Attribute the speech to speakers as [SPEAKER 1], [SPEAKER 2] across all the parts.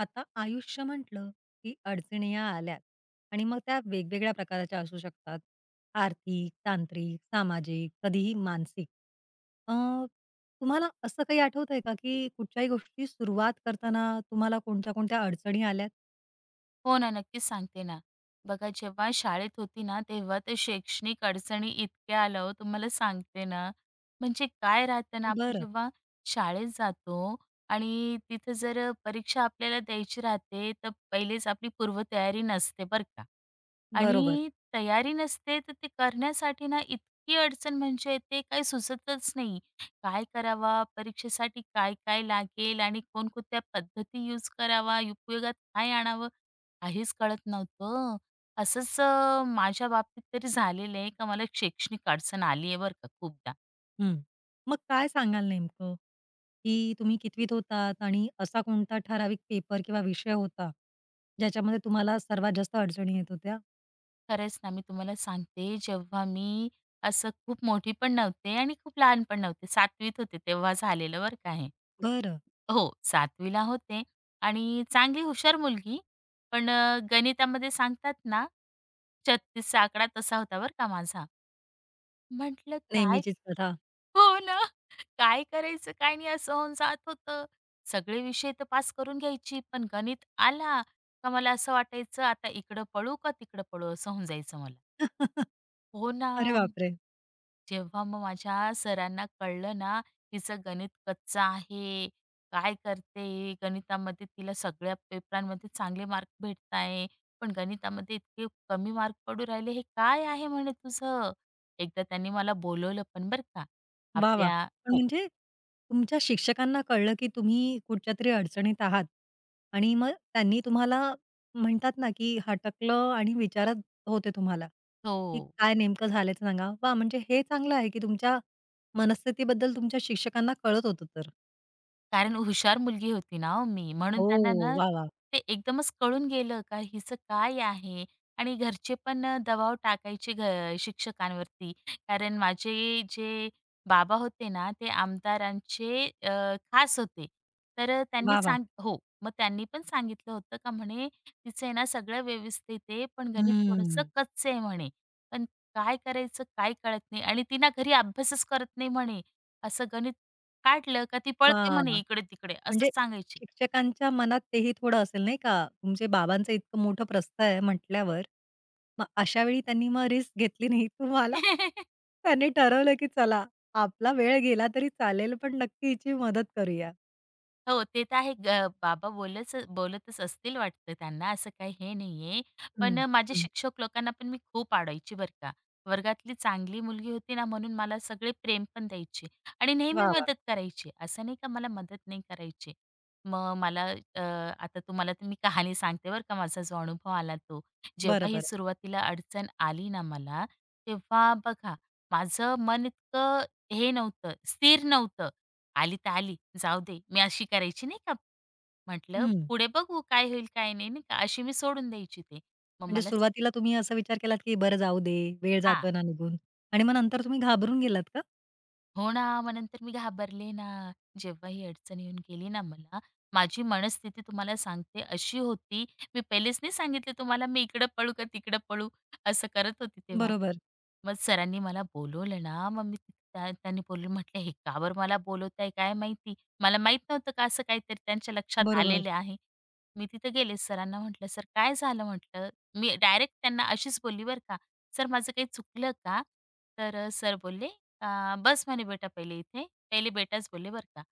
[SPEAKER 1] आता आयुष्य म्हटलं की अडचणी या आल्यात आणि मग त्या वेगवेगळ्या प्रकाराच्या असू शकतात. आर्थिक, तांत्रिक, सामाजिक, कधीही मानसिक. अ, तुम्हाला असं काही आठवतंय का, की कुठच्याही गोष्टी सुरुवात करताना तुम्हाला कोणत्या-कोणत्या अडचणी आल्यात?
[SPEAKER 2] हो ना, नक्कीच सांगते ना. बघा जेव्हा शाळेत होती ना, तेव्हा ते शैक्षणिक अडचणी इतक्या आल्या हो तुम्हाला सांगते ना. म्हणजे काय राहतं ना, आपण
[SPEAKER 1] बरं.
[SPEAKER 2] जेव्हा शाळेत जातो आणि तिथं जर परीक्षा आपल्याला द्यायची राहते, तर पहिलेच आपली पूर्वतयारी नसते बरं का.
[SPEAKER 1] बरोबर.
[SPEAKER 2] आणि तयारी नसते, तर ते करण्यासाठी ना इतकी अडचण म्हणजे ते काही सुचतच नाही. काय करावा, परीक्षेसाठी काय-काय लागेल आणि कोणकोणत्या पद्धती यूज करावा, उपयोगात काय आणावं, काहीच कळत नव्हतं. असंच माझ्या बाबतीत तरी झालेलं आहे का मला एक शैक्षणिक अडचण आली आहे बरं का खूपदा.
[SPEAKER 1] हं. मग काय सांगाल नेमकं, की तुम्ही कितवीत होतात आणि असा कोणता ठराविक पेपर किंवा विषय होता, ज्याच्यामध्ये तुम्हाला सर्वात जास्त अडचणी येत होत्या?
[SPEAKER 2] खरंच ना, मी तुम्हाला सांगते जेव्हा मी असं खूप मोठी पण नव्हते आणि खूप लहान पण नव्हते. सातवीत होते तेव्हा झालेलं बरं का हे.
[SPEAKER 1] बरं.
[SPEAKER 2] हो, सातवीला होते आणि चांगली हुशार मुलगी. पण गणितामध्ये सांगतात ना, 36 आकडा तसा होता बरं का माझा. म्हटलं काय
[SPEAKER 1] नेहमीचीच कथा.
[SPEAKER 2] हो ना. काय करायचं काय नाही असं होऊन जात होतं. सगळे विषय तर पास करून घ्यायची, पण गणित आला का मला असं वाटायचं आता इकडं पळू का तिकडं पळू असं होऊन जायचं मला. हो ना.
[SPEAKER 1] अरे बापरे!
[SPEAKER 2] जेव्हा मग माझ्या सरांना कळलं ना, हिचं गणित कच्चं आहे, काय करते गणितामध्ये तिला सगळ्या पेपरांमध्ये चांगले मार्क भेटताय, पण गणितामध्ये इतके कमी मार्क पडू राहिले हे काय आहे म्हणे तुझं? एकदा त्यांनी मला बोलवलं पण बरं का.
[SPEAKER 1] वाह, वाह!
[SPEAKER 2] आपल्या
[SPEAKER 1] पण
[SPEAKER 2] हो.
[SPEAKER 1] म्हणजे तुमच्या शिक्षकांना कळलं, की तुम्ही कुठच्यातरी अडचणीत आहात आणि मग त्यांनी तुम्हाला म्हणतात ना, की हटकलं आणि विचारत होते तुम्हाला, की
[SPEAKER 2] हो.
[SPEAKER 1] काय नेमकं झालं ते सांगा. वाह! म्हणजे हे चांगलं आहे, की तुमच्या मनस्थितीबद्दल तुमच्या शिक्षकांना कळत होतं तर.
[SPEAKER 2] कारण हुशार मुलगी होती ना हो मी. म्हणून
[SPEAKER 1] हो.
[SPEAKER 2] त्यांना ना
[SPEAKER 1] वाह, वाह!
[SPEAKER 2] ते एकदमच कळून गेलं का हिचं काय आहे आणि घरचे पण दबाव टाकायचे शिक्षकांवरती. कारण माझे जे बाबा होते ना ते आमदारांचे खास होते. तर त्यांनी
[SPEAKER 1] वाह, वाह!
[SPEAKER 2] सांग हो. मग त्यांनी पण सांगितलं होतं का म्हणे, "तिचं आहे ना सगळं व्यवस्थित आहे, पण गणित थोडंसं
[SPEAKER 1] हम्म.
[SPEAKER 2] कच्चं आहे" म्हणे. "पण काय करायचं काय कळत नाही आणि ती ना घरी अभ्यासच करत नाही" म्हणे. "असं गणित काढलं का ती पळते
[SPEAKER 1] वाह!
[SPEAKER 2] म्हणे इकडे-तिकडे
[SPEAKER 1] म्हणजे
[SPEAKER 2] असंच सांगायची.
[SPEAKER 1] शिक्षकांच्या मनात तेही थोडं असेल नाही का? तुमचे बाबांचं इतकं मोठं प्रस्थ आहे म्हटल्यावर, मग अशा वेळी त्यांनी मग रिस्क घेतली नाही तुम्हाला. त्यांनी ठरवलं की चला आपला वेळ गेला तरी चालेल, पण नक्की हिची मदत करूया.
[SPEAKER 2] हो, ते तर आहे. ग बाबा बोलच बोलतच असतील वाटतं त्यांना, असं काही हे नाहीये.
[SPEAKER 1] हं,
[SPEAKER 2] पण माझे
[SPEAKER 1] हं.
[SPEAKER 2] शिक्षक लोकांना पण मी खूप अडवायची बरं का. वर्गातली चांगली मुलगी होती ना, म्हणून मला सगळे प्रेम पण द्यायचे आणि नेहमी
[SPEAKER 1] वाह! वाह!
[SPEAKER 2] मदत करायची. असं नाही का मला मदत नाही करायची. मग मला अ, आता तुम्हाला तर मी कहाणी सांगते बरं का, माझा जो अनुभव आला तो.
[SPEAKER 1] बरं,
[SPEAKER 2] जेव्हा ही
[SPEAKER 1] बरं.
[SPEAKER 2] सुरुवातीला अडचण आली ना मला, तेव्हा बघा माझं मन इतकं हे नव्हतं, स्थिर नव्हतं. आली तर आली, जाऊ दे. मी अशी करायची नाही का, म्हटलं
[SPEAKER 1] हं.
[SPEAKER 2] पुढे बघू काय होईल काय नाही, नाही का. अशी मी सोडून द्यायची ते. मग
[SPEAKER 1] म्हणजे
[SPEAKER 2] मला
[SPEAKER 1] सुरुवातीला तुम्ही असा विचार केलात की बरं जाऊ दे, वेळ
[SPEAKER 2] हां.
[SPEAKER 1] जातोय ना निघून आणि मग नंतर तुम्ही घाबरून गेलात का?
[SPEAKER 2] हो ना, मग नंतर मी घाबरले ना. जेव्हा ही अडचण येऊन गेली ना मला, माझी मनस्थिती तुम्हाला सांगते अशी होती, मी पहिलेच नाही सांगितलं तुम्हाला मी इकडं पळू का तिकडं पळू, असं करत होती तेव्हा.
[SPEAKER 1] बरोबर,
[SPEAKER 2] मग सरांनी मला बोलवलं ना, मग मी त्यांनी बोलले म्हटलं, "हे का बरं मला बोलवताय काय माहिती?" मला माहीत नव्हतं का असं काहीतरी त्यांच्या लक्षात
[SPEAKER 1] बरोबर.
[SPEAKER 2] आलेलं आहे. मी तिथे गेले सरांना म्हटलं, "सर काय झालं?" म्हटलं. मी डायरेक्ट त्यांना अशीच बोलली बरं का, "सर माझं काही चुकलं का?" तर सर बोलले "बस" म्हणे बेटा पहिले इथे. पहिले बेटाच बोलले बरं का.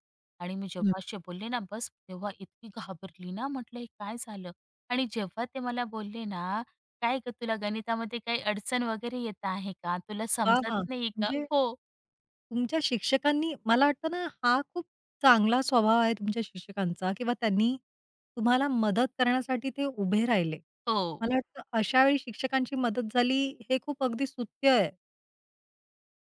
[SPEAKER 2] आणि मी
[SPEAKER 1] हं.
[SPEAKER 2] जेव्हा असे बोलले ना बस, तेव्हा इतकी घाबरली ना, म्हटलं हे काय झालं? आणि जेव्हा ते मला बोलले ना, "काय गं तुला गणितामध्ये काही अडचण वगैरे येत आहे का? तुला
[SPEAKER 1] वाह!
[SPEAKER 2] समजत
[SPEAKER 1] वाह!
[SPEAKER 2] नाही का?"
[SPEAKER 1] म्हणजे
[SPEAKER 2] हो,
[SPEAKER 1] तुमच्या शिक्षकांनी मला वाटतं ना, हा खूप चांगला स्वभाव आहे तुमच्या शिक्षकांचा किंवा त्यांनी तुम्हाला मदत करण्यासाठी ते उभे राहिले.
[SPEAKER 2] हो.
[SPEAKER 1] मला वाटतं अशा वेळी शिक्षकांची मदत झाली हे खूप अगदी स्तुत्य आहे.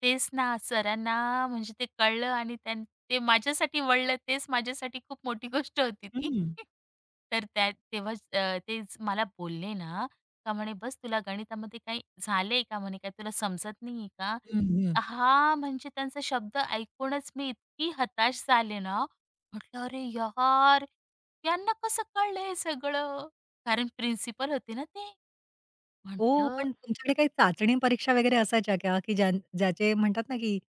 [SPEAKER 2] तेच ना, सरांना म्हणजे ते कळलं आणि ते माझ्यासाठी वळलं तेच माझ्यासाठी खूप मोठी गोष्ट होती ती.
[SPEAKER 1] हं,
[SPEAKER 2] तर त्या तेव्हाच तेच मला बोलले ना, का म्हणे, "बस तुला गणितामध्ये काही झालंय का?" म्हणे, "काय तुला समजत नाहीये का?"
[SPEAKER 1] हं,
[SPEAKER 2] हा म्हणजे त्यांचा शब्द ऐकूनच मी इतकी हताश झाले ना, म्हटलं, "अरे यार! यांना कसं कळलं हे सगळं?" कारण प्रिन्सिपल होते ना ते.
[SPEAKER 1] हो,
[SPEAKER 2] म्हटलं
[SPEAKER 1] पण तुमच्याकडे काही चाचणी परीक्षा वगैरे असायच्या का? की ज्या ज्याचे म्हणतात ना, की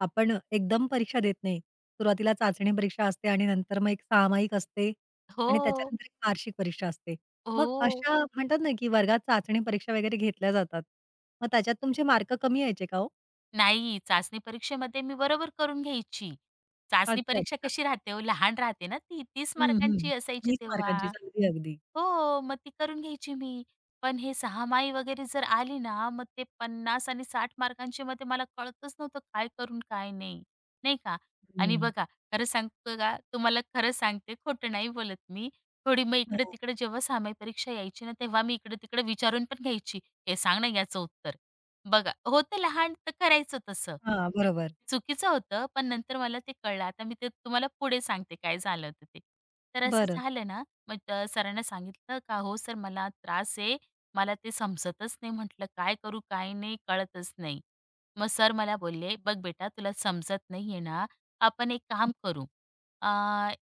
[SPEAKER 1] आपण एकदम परीक्षा देत नाही. सुरुवातीला चाचणी परीक्षा असते आणि नंतर मग एक सामायिक असते आणि
[SPEAKER 2] हो,
[SPEAKER 1] त्याच्यानंतर एक वार्षिक परीक्षा असते. मग
[SPEAKER 2] हो.
[SPEAKER 1] अशा म्हणतात ना, की वर्गात चाचणी परीक्षा वगैरे घेतल्या जातात. मग त्याच्यात तुमचे मार्क कमी यायचे का हो?
[SPEAKER 2] नाही, चाचणी परीक्षेमध्ये मी बरोबर करून घ्यायची. चाचणी
[SPEAKER 1] अच्छा,
[SPEAKER 2] परीक्षा
[SPEAKER 1] अच्छा.
[SPEAKER 2] कशी राहते हो, लहान राहते ना ती, 30
[SPEAKER 1] हं, हं.
[SPEAKER 2] मार्कांची असायची
[SPEAKER 1] 20
[SPEAKER 2] तेव्हा.
[SPEAKER 1] मार्कांचीच. अगदी, अगदी.
[SPEAKER 2] हो, मग ती करून घ्यायची मी. पण हे 6माही वगैरे जर आली ना, मग ते 50 आणि 60 मार्कांचे मध्ये मला कळतच नव्हतं काय करून काय नाही, नाही का? आणि
[SPEAKER 1] हं.
[SPEAKER 2] बघा खरं सांगतो का तुम्हाला खरं सांगते, खोटं नाही बोलत मी. थोडी मग इकड़े
[SPEAKER 1] हो.
[SPEAKER 2] तिकड़े जेव्हा 6माही परीक्षा यायची ना, तेव्हा मी इकडं-तिकडं विचारून पण घ्यायची. "हे सांग ना याचं उत्तर." बघा होतं लहान तर करायचं तसं.
[SPEAKER 1] हां,
[SPEAKER 2] ते
[SPEAKER 1] बरोबर.
[SPEAKER 2] चुकीचं होतं, पण नंतर मला ते कळलं. आता मी ते तुम्हाला पुढे सांगते काय झालं होतं ते. तर असं
[SPEAKER 1] बरं.
[SPEAKER 2] झालं ना मग सरांना सांगितलं का "हो सर मला त्रास आहे, मला ते समजतच नाही म्हटलं काय करू काय नाही कळतच नाही." मग सर मला बोलले, "बघ बेटा तुला समजत नाहीये ना, आपण एक काम करू अ,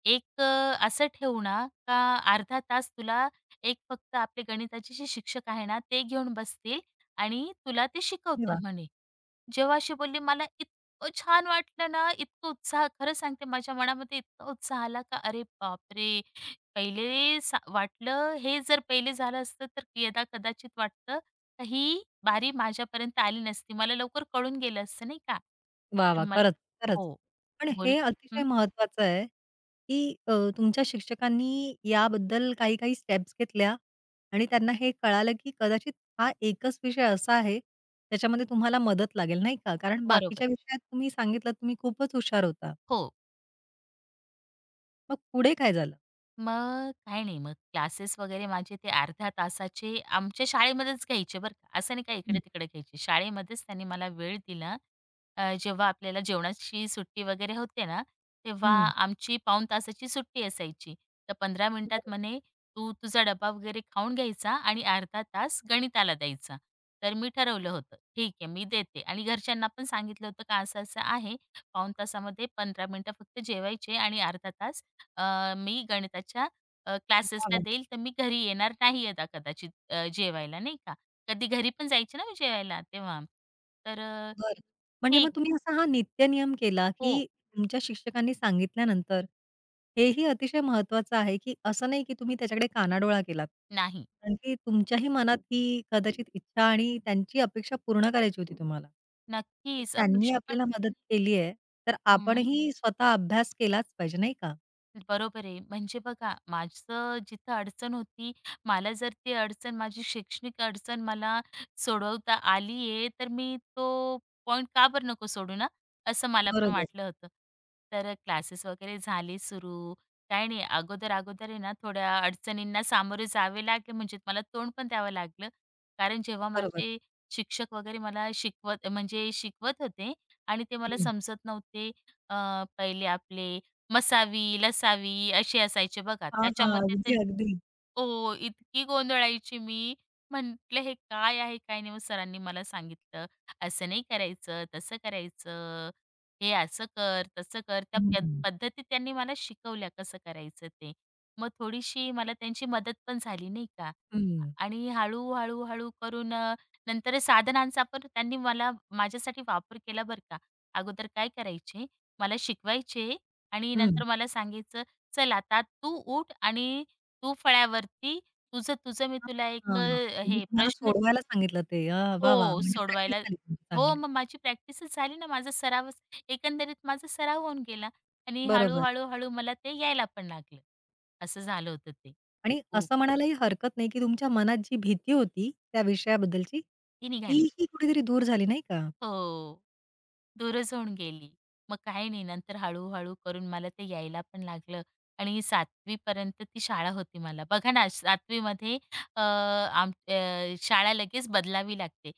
[SPEAKER 2] एक अ, असं ठेवू ना का अर्धा तास तुला एक फक्त आपले गणिताचे जे शिक्षक आहे ना, ते घेऊन बसतील आणि तुला ते
[SPEAKER 1] अरे
[SPEAKER 2] शिकवतील
[SPEAKER 1] वाह!
[SPEAKER 2] म्हणे. जेव्हा अशी बोलली मला इतकं छान वाटलं ना, इतकं उत्साह खरं सांगते माझ्या मनामध्ये इतका उत्साह आला का अरे बापरे! पहिले वाटलं हे जर पहिले झालं असतं तर यदा कदाचित वाटतं तर ही बारी माझ्यापर्यंत आली नसती. मला लवकर कळून गेलं असतं नाही का?
[SPEAKER 1] वाह!
[SPEAKER 2] तर
[SPEAKER 1] वाह!
[SPEAKER 2] मला
[SPEAKER 1] खरंच, खरंच.
[SPEAKER 2] हो.
[SPEAKER 1] पण हे
[SPEAKER 2] बोल
[SPEAKER 1] अतिशय
[SPEAKER 2] हं,
[SPEAKER 1] महत्वाचं आहे, की तुमच्या शिक्षकांनी याबद्दल काही-काही स्टेप्स घेतल्या आणि त्यांना हे कळालं, की कदाचित हा एकच विषय असा आहे, त्याच्यामध्ये तुम्हाला मदत लागेल, नाही का? कारण
[SPEAKER 2] बरोबर.
[SPEAKER 1] बाकीच्या विषयात तुम्ही सांगितलंत तुम्ही खूपच हुशार होता.
[SPEAKER 2] हो.
[SPEAKER 1] मग पुढे काय झालं?
[SPEAKER 2] मग काही नाही, मग क्लासेस वगैरे माझे ते अर्ध्या तासाचे आमच्या शाळेमध्येच घ्यायचे बरं का. असं नाही काही
[SPEAKER 1] हं.
[SPEAKER 2] इकडे-तिकडे घ्यायचे. शाळेमध्येच त्यांनी मला वेळ दिला. जेव्हा आपल्याला जेवणाची सुट्टी वगैरे होते ना, तेव्हा
[SPEAKER 1] हं.
[SPEAKER 2] आमची पाऊण तासाची सुट्टी असायची. तर 15
[SPEAKER 1] बरोबर.
[SPEAKER 2] मिनिटात म्हणे, "तू तुझा डब्बा वगैरे खाऊन घ्यायचा आणि अर्धा तास गणिताला द्यायचा." तर मी ठरवलं होतं, ठीक आहे मी देते आणि घरच्यांना पण सांगितलं होतं का असं-असं आहे. पाऊण तासामध्ये 15 मिनिटं फक्त जेवायचे आणि अर्धा तास मी गणिताच्या क्लासेसला
[SPEAKER 1] वाह!
[SPEAKER 2] देईल, तर मी घरी येणार नाही आता कदाचित जेवायला नाही का. कधी घरी पण जायची ना मी जेवायला तेव्हा. तर
[SPEAKER 1] बरं. म्हणजे मग
[SPEAKER 2] ठीक
[SPEAKER 1] तुम्ही असा हा नित्यनियम केला,
[SPEAKER 2] हो.
[SPEAKER 1] की तुमच्या शिक्षकांनी सांगितल्यानंतर हेही अतिशय महत्त्वाचं आहे, की असं नाही की तुम्ही त्याच्याकडे कानाडोळा केलात.
[SPEAKER 2] नाही.
[SPEAKER 1] कारण की तुमच्याही मनात ही कदाचित इच्छा आणि त्यांची अपेक्षा पूर्ण करायची होती तुम्हाला. की
[SPEAKER 2] नक्कीच
[SPEAKER 1] त्यांनी
[SPEAKER 2] अपेक्षा पण
[SPEAKER 1] आपल्याला मदत केली आहे, तर
[SPEAKER 2] हं.
[SPEAKER 1] आपणही स्वतः अभ्यास केलाच पाहिजे नाही का?
[SPEAKER 2] बरोबर आहे. म्हणजे बघा, माझं जिथं अडचण होती, मला जर ती अडचण, माझी शैक्षणिक अडचण मला सोडवता आली आहे, तर मी तो पॉइंट का बरं नको सोडू ना, असं मला पण
[SPEAKER 1] बरोबर,
[SPEAKER 2] वाटलं होतं. तर क्लासेस वगैरे झाले सुरू. काही नाही, अगोदर-अगोदर आहे ना, थोड्या अडचणींना सामोरे जावे लागले, म्हणजे मला तोंड पण द्यावं लागलं. कारण जेव्हा
[SPEAKER 1] बरोबर.
[SPEAKER 2] माझे शिक्षक वगैरे मला शिकवत म्हणजे शिकवत होते आणि ते मला
[SPEAKER 1] हं.
[SPEAKER 2] समजत नव्हते. अ, पहिले आपले मसावी, लसावी असे असायचे बघा.
[SPEAKER 1] हां, हां.
[SPEAKER 2] त्याच्यामध्ये ते
[SPEAKER 1] अगदी, अगदी.
[SPEAKER 2] हो, इतकी गोंधळायची मी. म्हटलं हे काय आहे, काय नाही. मग सरांनी मला सांगितलं, "असं नाही करायचं, तसं करायचं. हे असं कर, तसं कर." त्या
[SPEAKER 1] हं,
[SPEAKER 2] पद्धती त्यांनी मला शिकवल्या कसं करायचं ते. मग थोडीशी मला त्यांची मदत पण झाली नाही का.
[SPEAKER 1] हं.
[SPEAKER 2] आणि हळू, हळू, हळू करून नंतर साधनांचा पण त्यांनी मला माझ्यासाठी वापर केला बरं का. अगोदर काय करायचे, मला शिकवायचे आणि
[SPEAKER 1] हं.
[SPEAKER 2] नंतर मला सांगायचं, "चल आता तू उठ आणि तू फळ्यावरती तुझं तुझं मी तुला एक
[SPEAKER 1] हां, म्हणजे
[SPEAKER 2] हे
[SPEAKER 1] तुम्हाला
[SPEAKER 2] प्रश्न ते-
[SPEAKER 1] सोडवायला सांगितलं ते. हां, वाह, वाह!
[SPEAKER 2] हो,
[SPEAKER 1] म्हणजे प्रॅक्टिस
[SPEAKER 2] सोडवायला
[SPEAKER 1] झाली तुमची
[SPEAKER 2] हो,
[SPEAKER 1] चांगली.
[SPEAKER 2] मग माझी प्रॅक्टिसच झाली ना, माझा सरावच एकंदरीत माझा सराव होऊन गेला आणि
[SPEAKER 1] बरोबर
[SPEAKER 2] हळू-हळू, हळू मला ते यायला पण लागलं. असं झालं होतं ते.
[SPEAKER 1] आणि
[SPEAKER 2] खूप
[SPEAKER 1] असं म्हणायलाही हरकत नाही, की तुमच्या मनात जी भीती होती त्या विषयाबद्दलची,
[SPEAKER 2] ती निघाली.
[SPEAKER 1] तीही कुठेतरी दूर झाली नाही का?
[SPEAKER 2] हो. दूरच होऊन गेली. मग काही नाही नंतर हळू-हळू करून मला ते यायला पण लागलं आणि 7वी पर्यंत ती शाळा होती मला. बघा ना 7वी शाळा लगेच बदलावी लागते.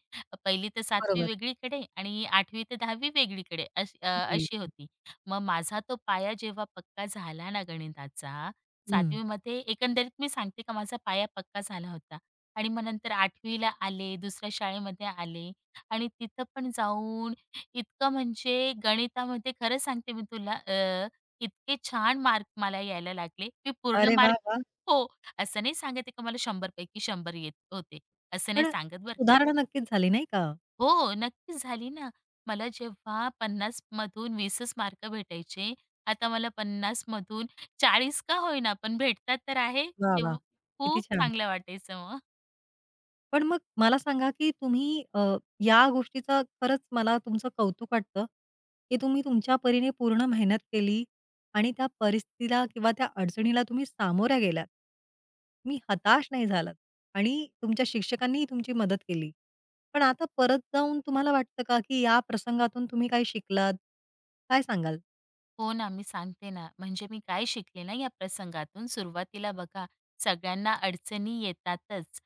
[SPEAKER 2] 1ली तर 7वी
[SPEAKER 1] बरोबर.
[SPEAKER 2] वेगळीकडे आणि आठवी ते 10वी वेगळीकडे अशी अशी होती. मग माझा तो पाया जेव्हा पक्का झाला ना गणिताचा
[SPEAKER 1] हं.
[SPEAKER 2] 7वी एकंदरीत मी सांगते का माझा पाया पक्का झाला होता आणि मग नंतर 8वी आले, दुसऱ्या शाळेमध्ये आले आणि तिथं पण जाऊन इतकं म्हणजे गणितामध्ये खरं सांगते मी तुला इतके छान मार्क मला यायला लागले. मी पूर्ण
[SPEAKER 1] अरे वाह,
[SPEAKER 2] मार्क
[SPEAKER 1] वाह!
[SPEAKER 2] हो, असं नाही सांगत आहे का मला 100 पैकी 100 येत होते. असं नाही
[SPEAKER 1] पण
[SPEAKER 2] सांगत बरं
[SPEAKER 1] सुधारणा नक्कीच झाली नाही का?
[SPEAKER 2] हो, नक्कीच झाली ना. मला जेव्हा 50 मधून 20च मार्क भेटायचे, आता मला 50 मधून 40 का होईना, पण भेटतात तर आहे.
[SPEAKER 1] वाह, वाह!
[SPEAKER 2] तेव्हा
[SPEAKER 1] किती
[SPEAKER 2] खूप
[SPEAKER 1] छान.
[SPEAKER 2] चांगलं वाटायचं
[SPEAKER 1] पण मग मला सांगा, की तुम्ही या गोष्टीचं खरंच मला तुमचं कौतुक वाटतं, की तुम्ही तुमच्या परीने पूर्ण मेहनत केली आणि त्या परिस्थितीला किंवा त्या अडचणीला तुम्ही सामोऱ्या गेलात. तुम्ही हताश नाही झालात आणि तुमच्या शिक्षकांनीही तुमची मदत केली. पण आता परत जाऊन तुम्हाला वाटतं का, की या प्रसंगातून तुम्ही काही शिकलात? काय सांगाल?
[SPEAKER 2] हो ना, मी सांगते ना. म्हणजे मी काय शिकले ना या प्रसंगातून, सुरुवातीला बघा सगळ्यांना अडचणी येतातच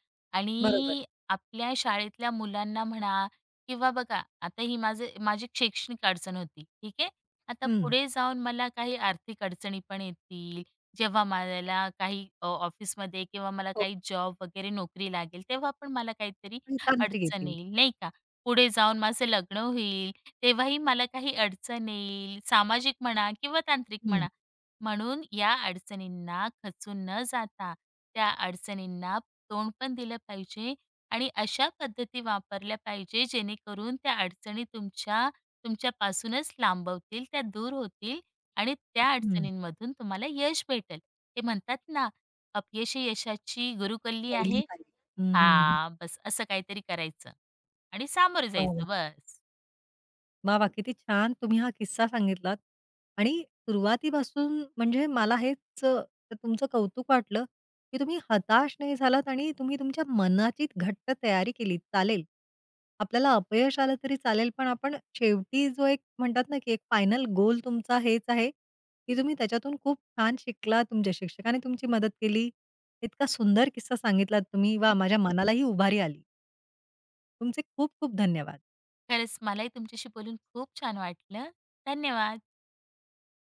[SPEAKER 1] बरोबर.
[SPEAKER 2] आणि आपल्या शाळेतल्या मुलांना म्हणा किंवा बघा आता ही माझी शैक्षणिक अडचण होती, ठीक आहे. आता
[SPEAKER 1] हं.
[SPEAKER 2] पुढे जाऊन मला काही आर्थिक अडचणी पण येतील, जेव्हा मला काही ऑफिसमध्ये किंवा मला
[SPEAKER 1] हो.
[SPEAKER 2] काही जॉब वगैरे नोकरी लागेल, तेव्हा पण मला काहीतरी
[SPEAKER 1] आणि तांत्रिक
[SPEAKER 2] अडचण
[SPEAKER 1] येतील.
[SPEAKER 2] येईल, नाही का. पुढे जाऊन माझं लग्न होईल. तेव्हाही मला काही अडचण येईल, सामाजिक म्हणा किंवा तांत्रिक
[SPEAKER 1] हं,
[SPEAKER 2] म्हणा. म्हणून या अडचणींना खचून न जाता, त्या अडचणींना तोंड पण दिलं पाहिजे आणि अशा पद्धती वापरल्या पाहिजे, जेणेकरून त्या अडचणी तुमच्या तुमच्यापासूनच लांबवतील, त्या दूर होतील आणि त्या
[SPEAKER 1] हं.
[SPEAKER 2] अडचणींमधून तुम्हाला यश भेटेल. ते म्हणतात ना, अपयशी यशाची गुरुकिल्ली
[SPEAKER 1] पहिली
[SPEAKER 2] आहे.
[SPEAKER 1] पायरी. हं, हं, हं.
[SPEAKER 2] हां, बस असं काहीतरी करायचं आणि सामोरं
[SPEAKER 1] वाह, वाह!
[SPEAKER 2] जायचं, बस.
[SPEAKER 1] वाह, वाह! किती छान तुम्ही हा किस्सा सांगितलात आणि सुरुवातीपासून म्हणजे मला हेच तुमचं कौतुक वाटलं, की तुम्ही हताश नाही झालात आणि तुम्ही तुमच्या मनाची घट्ट तयारी केली. चालेल, आपल्याला अपयश आलं तरी चालेल, पण आपण शेवटी जो एक म्हणतात ना, की एक फायनल गोल तुमचा हेच आहे, की तुम्ही त्याच्यातून खूप छान शिकलात. तुमच्या शिक्षकाने तुमची मदत केली. इतका सुंदर किस्सा सांगितलात तुम्ही. वाह! माझ्या मनालाही उभारी आली. तुमचे खूप खूप धन्यवाद.
[SPEAKER 2] खरंच मलाही तुमच्याशी बोलून खूप छान वाटलं. धन्यवाद.